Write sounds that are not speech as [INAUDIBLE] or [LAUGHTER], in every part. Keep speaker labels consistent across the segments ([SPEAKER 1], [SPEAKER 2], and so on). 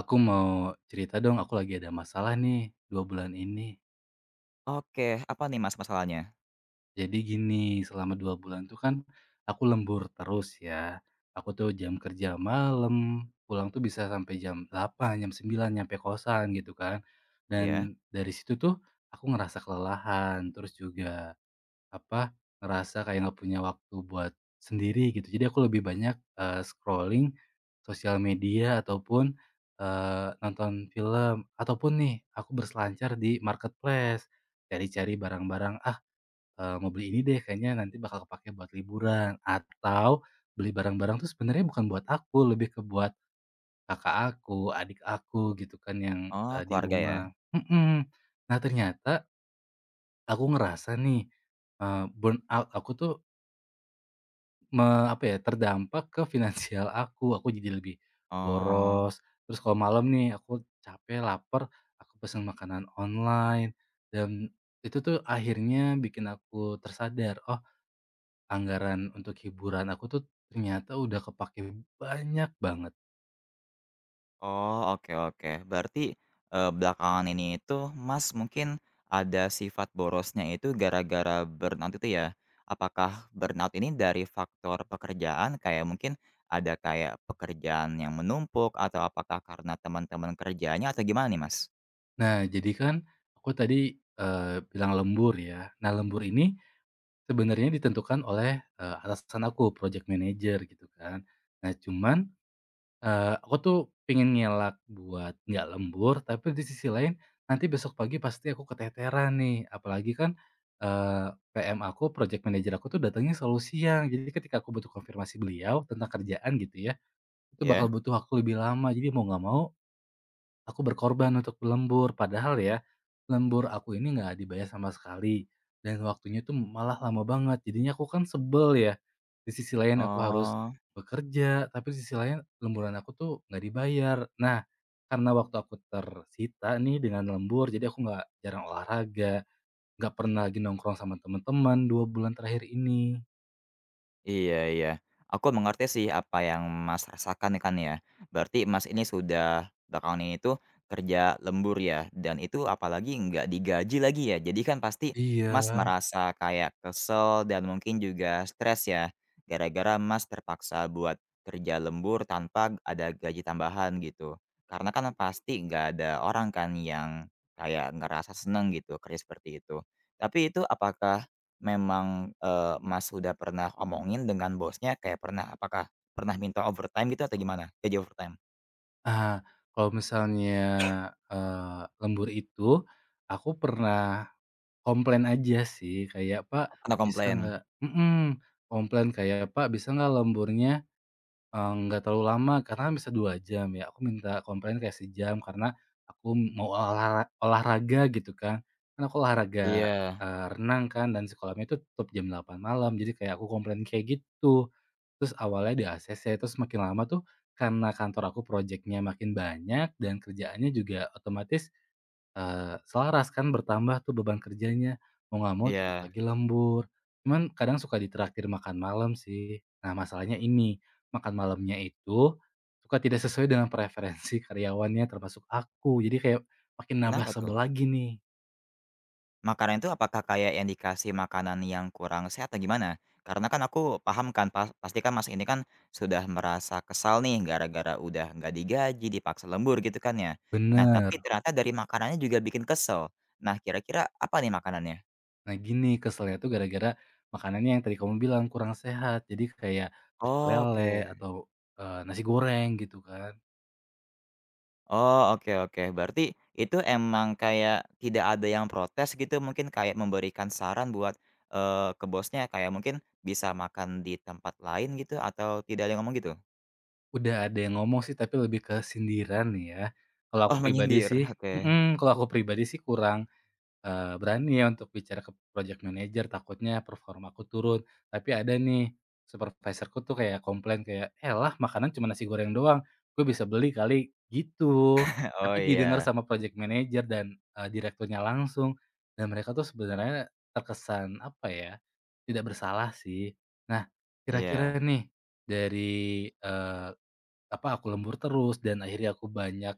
[SPEAKER 1] Aku mau cerita dong, aku lagi ada masalah nih 2 bulan ini.
[SPEAKER 2] Oke, apa nih, Mas, masalahnya?
[SPEAKER 1] Jadi gini, selama 2 bulan tuh kan aku lembur terus ya. Aku tuh jam kerja malam, pulang tuh bisa sampai jam 8, jam 9 nyampe kosan gitu kan.
[SPEAKER 2] Iya?
[SPEAKER 1] Dan dari situ tuh aku ngerasa kelelahan, terus juga apa, ngerasa kayak nggak punya waktu buat sendiri gitu. Jadi aku lebih banyak, scrolling sosial media ataupun, nonton film ataupun nih aku berselancar di marketplace, cari-cari barang-barang. "Ah, mau beli ini deh kayaknya nanti bakal kepake buat liburan," atau beli barang-barang tuh sebenarnya bukan buat aku, lebih ke buat kakak aku, adik aku gitu kan yang,
[SPEAKER 2] Oh,
[SPEAKER 1] di
[SPEAKER 2] keluarga ya?
[SPEAKER 1] rumah. Mhm. Nah ternyata aku ngerasa nih, burnout aku tuh apa ya, terdampak ke finansial aku jadi lebih
[SPEAKER 2] Oh
[SPEAKER 1] boros. Terus kalau malam nih aku capek, lapar aku pesen makanan online, dan itu tuh akhirnya bikin aku tersadar, oh, anggaran untuk hiburan aku tuh ternyata udah kepake banyak banget.
[SPEAKER 2] oh, oke oke. Berarti, belakangan ini itu, Mas, mungkin ada sifat borosnya itu gara-gara burnout itu ya? Apakah burnout ini dari faktor pekerjaan, kayak mungkin ada kayak pekerjaan yang menumpuk, atau apakah karena teman-teman kerjanya, atau gimana nih, Mas?
[SPEAKER 1] Nah jadi kan aku tadi, bilang lembur ya. Nah lembur ini sebenarnya ditentukan oleh, atasan aku, project manager gitu kan. Nah cuman, aku tuh pengen ngelak buat nggak lembur, tapi di sisi lain nanti besok pagi pasti aku keteteran nih. Apalagi kan, PM aku, project manager aku tuh datangnya selalu siang. Jadi ketika aku butuh konfirmasi beliau tentang kerjaan gitu ya, itu bakal
[SPEAKER 2] Ya?
[SPEAKER 1] butuh aku lebih lama. Jadi mau nggak mau aku berkorban untuk lembur, padahal ya, lembur aku ini nggak dibayar sama sekali, dan waktunya tuh malah lama banget. Jadinya aku kan sebel ya, di sisi lain aku harus
[SPEAKER 2] Oh.
[SPEAKER 1] bekerja, tapi di sisi lain lemburan aku tuh nggak dibayar. Nah, karena waktu aku tersita nih dengan lembur, jadi aku nggak jarang olahraga, nggak pernah lagi nongkrong sama teman-teman 2 bulan terakhir ini.
[SPEAKER 2] Iya iya. Aku mengerti sih apa yang Mas rasakan ya kan ya. Berarti Mas ini sudah belakangan ini tuh kerja lembur ya, dan itu apalagi nggak digaji lagi ya. Jadi kan pasti Mas
[SPEAKER 1] Iya.
[SPEAKER 2] merasa kayak kesel dan mungkin juga stres ya, gara-gara Mas terpaksa buat kerja lembur tanpa ada gaji tambahan gitu. Karena kan pasti nggak ada orang kan yang kayak ngerasa seneng gitu kerja seperti itu. Tapi itu apakah memang, Mas sudah pernah omongin dengan bosnya kayak pernah apakah pernah minta overtime gitu atau gimana? Gaji overtime?
[SPEAKER 1] Ah, kalau misalnya, lembur itu, aku pernah komplain aja sih kayak, "Pak
[SPEAKER 2] Atau
[SPEAKER 1] bisa
[SPEAKER 2] komplain?
[SPEAKER 1] nggak", mhm, komplain kayak, "Pak bisa nggak lemburnya, nggak terlalu lama karena kan bisa 2 jam ya." Aku minta komplain kayak sejam karena aku mau olahraga gitu kan. Kan aku olahraga,
[SPEAKER 2] Iya
[SPEAKER 1] renang kan dan sekolahnya itu tutup jam 8 malam jadi kayak aku komplain kayak gitu. Terus awalnya di-ACC terus makin lama tuh karena kantor aku projeknya makin banyak dan kerjaannya juga otomatis, selaras kan bertambah tuh beban kerjanya, mau nggak mau tetep, mhm,
[SPEAKER 2] iya.
[SPEAKER 1] lagi lembur, cuman kadang suka ditraktir makan malam sih. Nah masalahnya ini, makan malamnya itu suka tidak sesuai dengan preferensi [LAUGHS] karyawannya termasuk aku, jadi kayak makin nambah
[SPEAKER 2] Kenapa tuh?
[SPEAKER 1] sebel lagi nih.
[SPEAKER 2] Makanan itu apakah kayak yang dikasih makanan yang kurang sehat atau gimana? Karena kan aku paham kan pasti kan Mas ini kan sudah merasa kesal nih gara-gara udah nggak digaji, dipaksa lembur gitu kan ya. Nah
[SPEAKER 1] Bener.
[SPEAKER 2] tapi ternyata dari makanannya juga bikin kesel. Nah kira-kira apa nih makanannya?
[SPEAKER 1] Nah gini keselnya tuh gara-gara makanannya yang tadi kamu bilang kurang sehat, jadi kayak pecel lele
[SPEAKER 2] Oke.
[SPEAKER 1] atau, nasi goreng gitu kan.
[SPEAKER 2] Oh, oke oke. Berarti itu emang kayak tidak ada yang protes gitu mungkin kayak memberikan saran buat, ke bosnya kayak mungkin bisa makan di tempat lain gitu atau tidak ada yang ngomong gitu?
[SPEAKER 1] Udah ada yang ngomong sih, tapi lebih ke sindiran nih ya. Kalau aku
[SPEAKER 2] Oh
[SPEAKER 1] pribadi
[SPEAKER 2] menyindir,
[SPEAKER 1] sih,
[SPEAKER 2] [LAUGHS] oke.
[SPEAKER 1] mhm, kalau aku pribadi sih kurang, berani ya untuk bicara ke project manager, takutnya performa aku turun. Tapi ada nih, supervisorku tuh kayak komplain kayak, "Elah makanan cuma nasi goreng doang, gue bisa beli kali," gitu.
[SPEAKER 2] [LAUGHS] Oh
[SPEAKER 1] Tapi didengar
[SPEAKER 2] iya,
[SPEAKER 1] sama project manager dan, direkturnya langsung, dan mereka tuh sebenarnya terkesan, apa ya, tidak bersalah sih. Nah,
[SPEAKER 2] iya.
[SPEAKER 1] kira-kira nih dari, eh, apa, aku lembur terus dan akhirnya aku banyak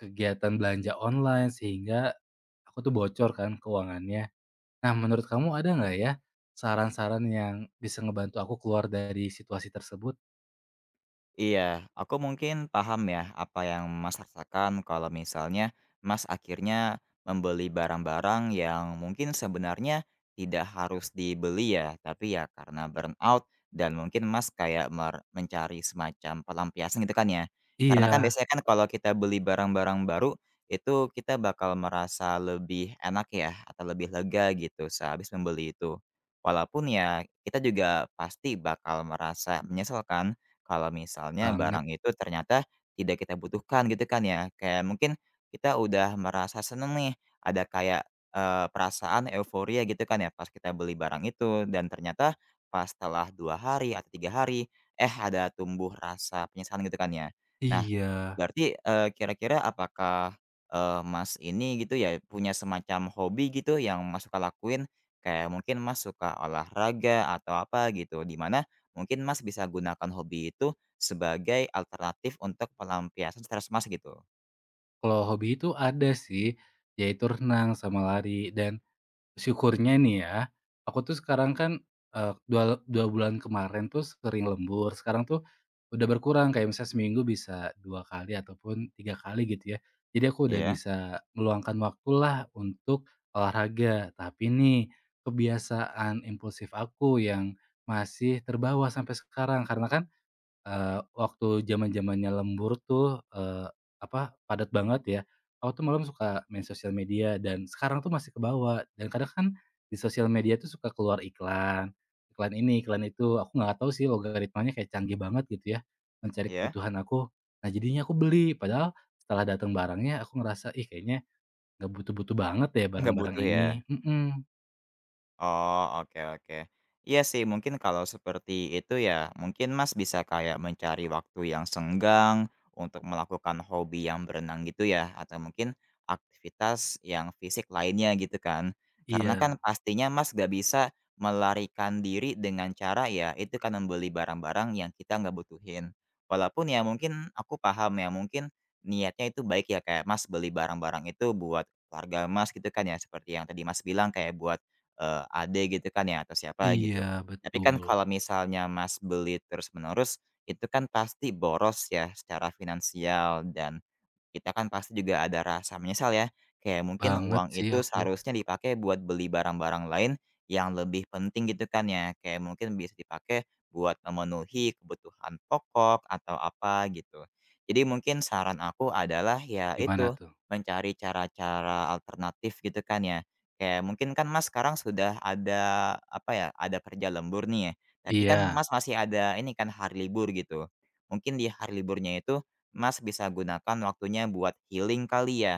[SPEAKER 1] kegiatan belanja online sehingga aku tuh bocor kan keuangannya. Nah, menurut kamu ada nggak ya saran-saran yang bisa ngebantu aku keluar dari situasi tersebut?
[SPEAKER 2] Iya, aku mungkin paham ya apa yang Mas rasakan kalau misalnya Mas akhirnya membeli barang-barang yang mungkin sebenarnya tidak harus dibeli ya, tapi ya karena burnout dan mungkin Mas kayak mencari semacam pelampiasan gitu kan ya. Karena kan
[SPEAKER 1] Iya,
[SPEAKER 2] biasanya kan kalau kita beli barang-barang baru itu kita bakal merasa lebih enak ya atau lebih lega gitu sehabis membeli itu. Walaupun ya kita juga pasti bakal merasa menyesalkan kalau misalnya
[SPEAKER 1] banget.
[SPEAKER 2] barang itu ternyata tidak kita butuhkan gitu kan ya, kayak mungkin kita udah merasa seneng nih, ada kayak, perasaan euforia gitu kan ya pas kita beli barang itu dan ternyata pas setelah 2 hari atau 3 hari, eh, ada tumbuh rasa penyesalan gitu kan ya. Nah
[SPEAKER 1] Iya.
[SPEAKER 2] berarti, kira-kira apakah, Mas ini gitu ya, punya semacam hobi gitu yang Mas suka lakuin? Kayak mungkin Mas suka olahraga atau apa gitu, di mana mungkin Mas bisa gunakan hobi itu sebagai alternatif untuk pelampiasan stres Mas gitu?
[SPEAKER 1] Kalau hobi itu ada sih, yaitu renang sama lari. Dan syukurnya nih ya, aku tuh sekarang kan, dua dua bulan kemarin tuh sering lembur, sekarang tuh udah berkurang, kayak misalnya seminggu bisa 2 kali ataupun 3 kali gitu ya. Jadi aku udah
[SPEAKER 2] Iya?
[SPEAKER 1] bisa meluangkan waktulah untuk olahraga, tapi nih kebiasaan impulsif aku yang masih terbawa sampai sekarang, karena kan waktu zaman-zamannya lembur tuh, eee, apa, padat banget ya, aku tuh malam suka main sosial media dan sekarang tuh masih ke bawah dan kadang kan di sosial media tuh suka keluar iklan, iklan ini, iklan itu, aku nggak tahu sih logaritmanya kayak canggih banget gitu ya, mencari
[SPEAKER 2] Iya?
[SPEAKER 1] kebutuhan aku. Nah jadinya aku beli, padahal setelah datang barangnya aku ngerasa, "Ih kayaknya nggak butuh-butuh banget ya
[SPEAKER 2] [LAUGHS] Nggak
[SPEAKER 1] barang-barang
[SPEAKER 2] butuh ya?
[SPEAKER 1] ini." Mhm,
[SPEAKER 2] Oh, oke oke. Iya sih mungkin kalau seperti itu ya, mungkin Mas bisa kayak mencari waktu yang senggang untuk melakukan hobi yang berenang gitu ya, atau mungkin aktivitas yang fisik lainnya gitu kan. Karena
[SPEAKER 1] iya.
[SPEAKER 2] kan pastinya Mas gak bisa melarikan diri dengan cara ya itu kan membeli barang-barang yang kita nggak butuhin. Walaupun ya mungkin aku paham ya, mungkin niatnya itu baik ya kayak Mas beli barang-barang itu buat keluarga Mas gitu kan ya, seperti yang tadi Mas bilang kayak buat Ade gitu kan ya atau siapa gitu.
[SPEAKER 1] Iya,
[SPEAKER 2] Tapi kan
[SPEAKER 1] betul
[SPEAKER 2] kalau misalnya Mas beli terus-menerus, itu kan pasti boros ya secara finansial dan kita kan pasti juga ada rasa menyesal ya, kayak mungkin
[SPEAKER 1] banget
[SPEAKER 2] uang
[SPEAKER 1] sih
[SPEAKER 2] itu
[SPEAKER 1] aku.
[SPEAKER 2] seharusnya dipakai buat beli barang-barang lain yang lebih penting gitu kan ya, kayak mungkin bisa dipakai buat memenuhi kebutuhan pokok atau apa gitu. Jadi mungkin saran aku adalah ya
[SPEAKER 1] Gimana
[SPEAKER 2] itu,
[SPEAKER 1] tuh?
[SPEAKER 2] mencari cara-cara alternatif gitu kan ya. Kayak mungkin kan Mas sekarang sudah ada apa ya, ada kerja lembur nih ya, tapi kan
[SPEAKER 1] Iya.
[SPEAKER 2] Mas masih ada ini kan hari libur gitu. Mungkin di hari liburnya itu Mas bisa gunakan waktunya buat healing kali ya?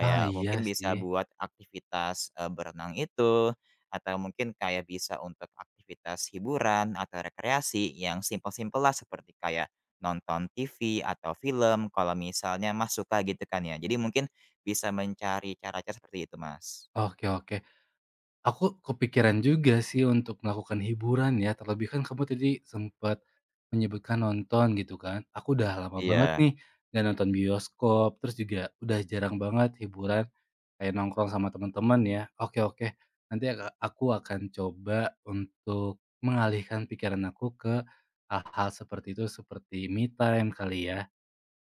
[SPEAKER 1] Ah, iya
[SPEAKER 2] mungkin bisa
[SPEAKER 1] sih.
[SPEAKER 2] buat aktivitas, berenang itu, atau mungkin kayak bisa untuk aktivitas hiburan atau rekreasi yang simpel-simpel lah seperti kayak nonton TV atau film kalau misalnya Mas suka gitu kan ya. Jadi mungkin bisa mencari cara-cara seperti itu, Mas.
[SPEAKER 1] Oke oke. Aku kepikiran juga sih untuk melakukan hiburan ya, terlebih kan kamu tadi sempat menyebutkan nonton gitu kan. Aku udah lama banget
[SPEAKER 2] Iya.
[SPEAKER 1] nih nggak nonton bioskop, terus juga udah jarang banget hiburan kayak nongkrong sama teman-teman ya. Oke oke. Nanti aku akan coba untuk mengalihkan pikiran aku ke hal-hal seperti itu seperti me time kali ya,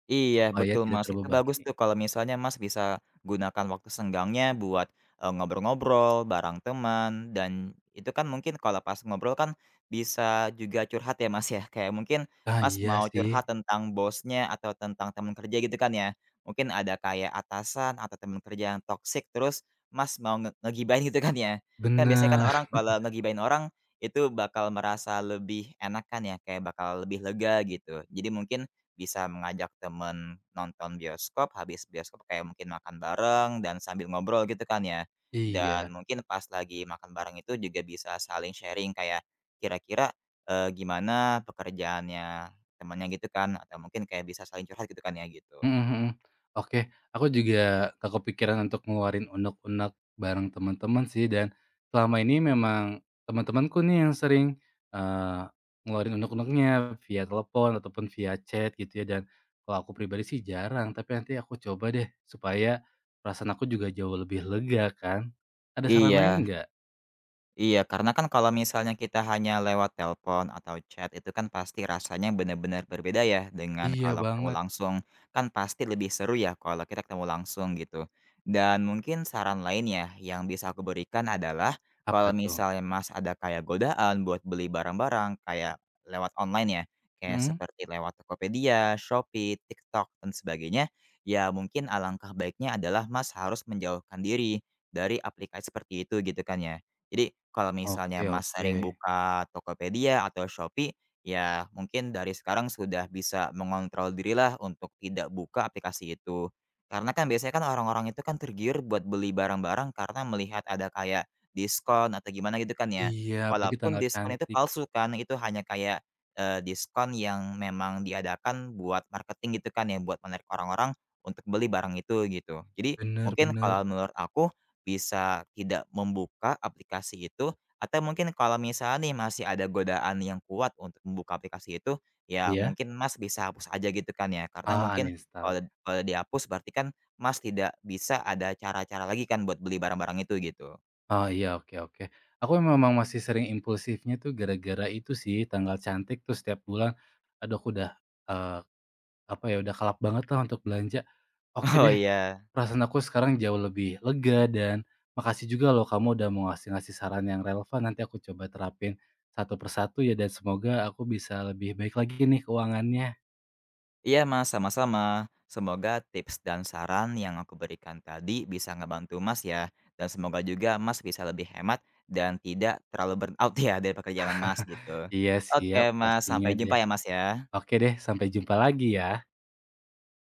[SPEAKER 2] Iya,
[SPEAKER 1] supaya
[SPEAKER 2] betul,
[SPEAKER 1] tidak
[SPEAKER 2] Mas. Itu bagus
[SPEAKER 1] terbebani.
[SPEAKER 2] tuh kalau misalnya Mas bisa gunakan waktu senggangnya buat, ngobrol-ngobrol bareng teman dan itu kan mungkin kalau pas ngobrol kan bisa juga curhat ya, Mas, ya. Kayak mungkin
[SPEAKER 1] Ah
[SPEAKER 2] Mas
[SPEAKER 1] iya
[SPEAKER 2] mau
[SPEAKER 1] sih.
[SPEAKER 2] curhat tentang bosnya atau tentang teman kerja gitu kan ya. Mungkin ada kayak atasan atau teman kerja yang toksik terus Mas mau ngegibahin gitu kan ya. Kan biasanya kan
[SPEAKER 1] Bener.
[SPEAKER 2] orang
[SPEAKER 1] [LAUGHS]
[SPEAKER 2] kalau ngegibahin orang itu bakal merasa lebih enakan ya, kayak bakal lebih lega gitu. Jadi mungkin bisa mengajak temen nonton bioskop, habis bioskop kayak mungkin makan bareng dan sambil ngobrol gitu kan ya. Dan
[SPEAKER 1] Iya.
[SPEAKER 2] mungkin pas lagi makan bareng itu juga bisa saling sharing kayak kira-kira, gimana pekerjaannya temennya gitu kan, atau mungkin kayak bisa saling curhat gitu kan ya, gitu.
[SPEAKER 1] Mhm, mhm. Oke, aku juga nggak kepikiran untuk ngeluarin unek-unek bareng teman-teman sih dan selama ini memang teman-temanku nih yang sering, eee, ngeluarin unek-uneknya via telepon ataupun via chat gitu ya dan kalau aku pribadi sih jarang, tapi nanti aku coba deh supaya perasaan aku juga jauh lebih lega kan. Ada saran lain
[SPEAKER 2] Iya.
[SPEAKER 1] nggak?
[SPEAKER 2] Iya, karena kan kalau misalnya kita hanya lewat telepon atau chat itu kan pasti rasanya benar-benar berbeda ya dengan
[SPEAKER 1] Iya
[SPEAKER 2] kalau ketemu
[SPEAKER 1] banget.
[SPEAKER 2] langsung. Kan pasti lebih seru ya kalau kita ketemu langsung gitu. Dan mungkin saran lainnya yang bisa aku berikan adalah
[SPEAKER 1] Apa
[SPEAKER 2] kalau
[SPEAKER 1] tuh?
[SPEAKER 2] misalnya Mas ada kayak godaan buat beli barang-barang kayak lewat online ya, kayak
[SPEAKER 1] Mhm?
[SPEAKER 2] seperti lewat Tokopedia, Shopee, TikTok dan sebagainya, ya mungkin alangkah baiknya adalah Mas harus menjauhkan diri dari aplikasi seperti itu gitu kan ya. Jadi kalau misalnya
[SPEAKER 1] Oke
[SPEAKER 2] Mas
[SPEAKER 1] oke.
[SPEAKER 2] sering buka Tokopedia atau Shopee, ya mungkin dari sekarang sudah bisa mengontrol dirilah untuk tidak buka aplikasi itu. Karena kan biasanya kan orang-orang itu kan tergiur buat beli barang-barang karena melihat ada kayak diskon atau gimana gitu kan ya.
[SPEAKER 1] Iya, apalagi
[SPEAKER 2] Walaupun
[SPEAKER 1] tanggal
[SPEAKER 2] diskon itu
[SPEAKER 1] cantik.
[SPEAKER 2] palsu kan, itu hanya kayak, diskon yang memang diadakan buat marketing gitu kan ya, buat menarik orang-orang untuk beli barang itu gitu. Jadi
[SPEAKER 1] Bener,
[SPEAKER 2] mungkin
[SPEAKER 1] bener.
[SPEAKER 2] kalau menurut aku bisa tidak membuka aplikasi itu, atau mungkin kalau misalnya nih masih ada godaan yang kuat untuk membuka aplikasi itu, ya
[SPEAKER 1] Iya?
[SPEAKER 2] mungkin Mas bisa hapus aja gitu kan ya. Karena
[SPEAKER 1] Ah,
[SPEAKER 2] mungkin
[SPEAKER 1] uninstall.
[SPEAKER 2] kalau kalau dihapus berarti kan Mas tidak bisa ada cara-cara lagi kan buat beli barang-barang itu gitu.
[SPEAKER 1] Oh, iya, oke oke. Aku memang masih sering impulsifnya tuh gara-gara itu sih, tanggal cantik tuh setiap bulan, aduh aku udah, eee, apa ya, udah kalap banget lah untuk belanja. Oke
[SPEAKER 2] [LAUGHS] Oh
[SPEAKER 1] deh,
[SPEAKER 2] iya.
[SPEAKER 1] perasaan aku sekarang jauh lebih lega dan makasih juga loh kamu udah mau ngasih-ngasih saran yang relevan, nanti aku coba terapin satu persatu ya dan semoga aku bisa lebih baik lagi nih keuangannya.
[SPEAKER 2] Iya Mas, sama-sama. Semoga tips dan saran yang aku berikan tadi bisa ngebantu Mas ya. Dan semoga juga Mas bisa lebih hemat dan tidak terlalu burn out [LAUGHS] ya dari pekerjaan Mas gitu.
[SPEAKER 1] Iya,
[SPEAKER 2] Oke
[SPEAKER 1] siap
[SPEAKER 2] Mas,
[SPEAKER 1] pastinya
[SPEAKER 2] sampai jumpa
[SPEAKER 1] deh.
[SPEAKER 2] ya Mas ya.
[SPEAKER 1] Oke deh, sampai jumpa lagi ya.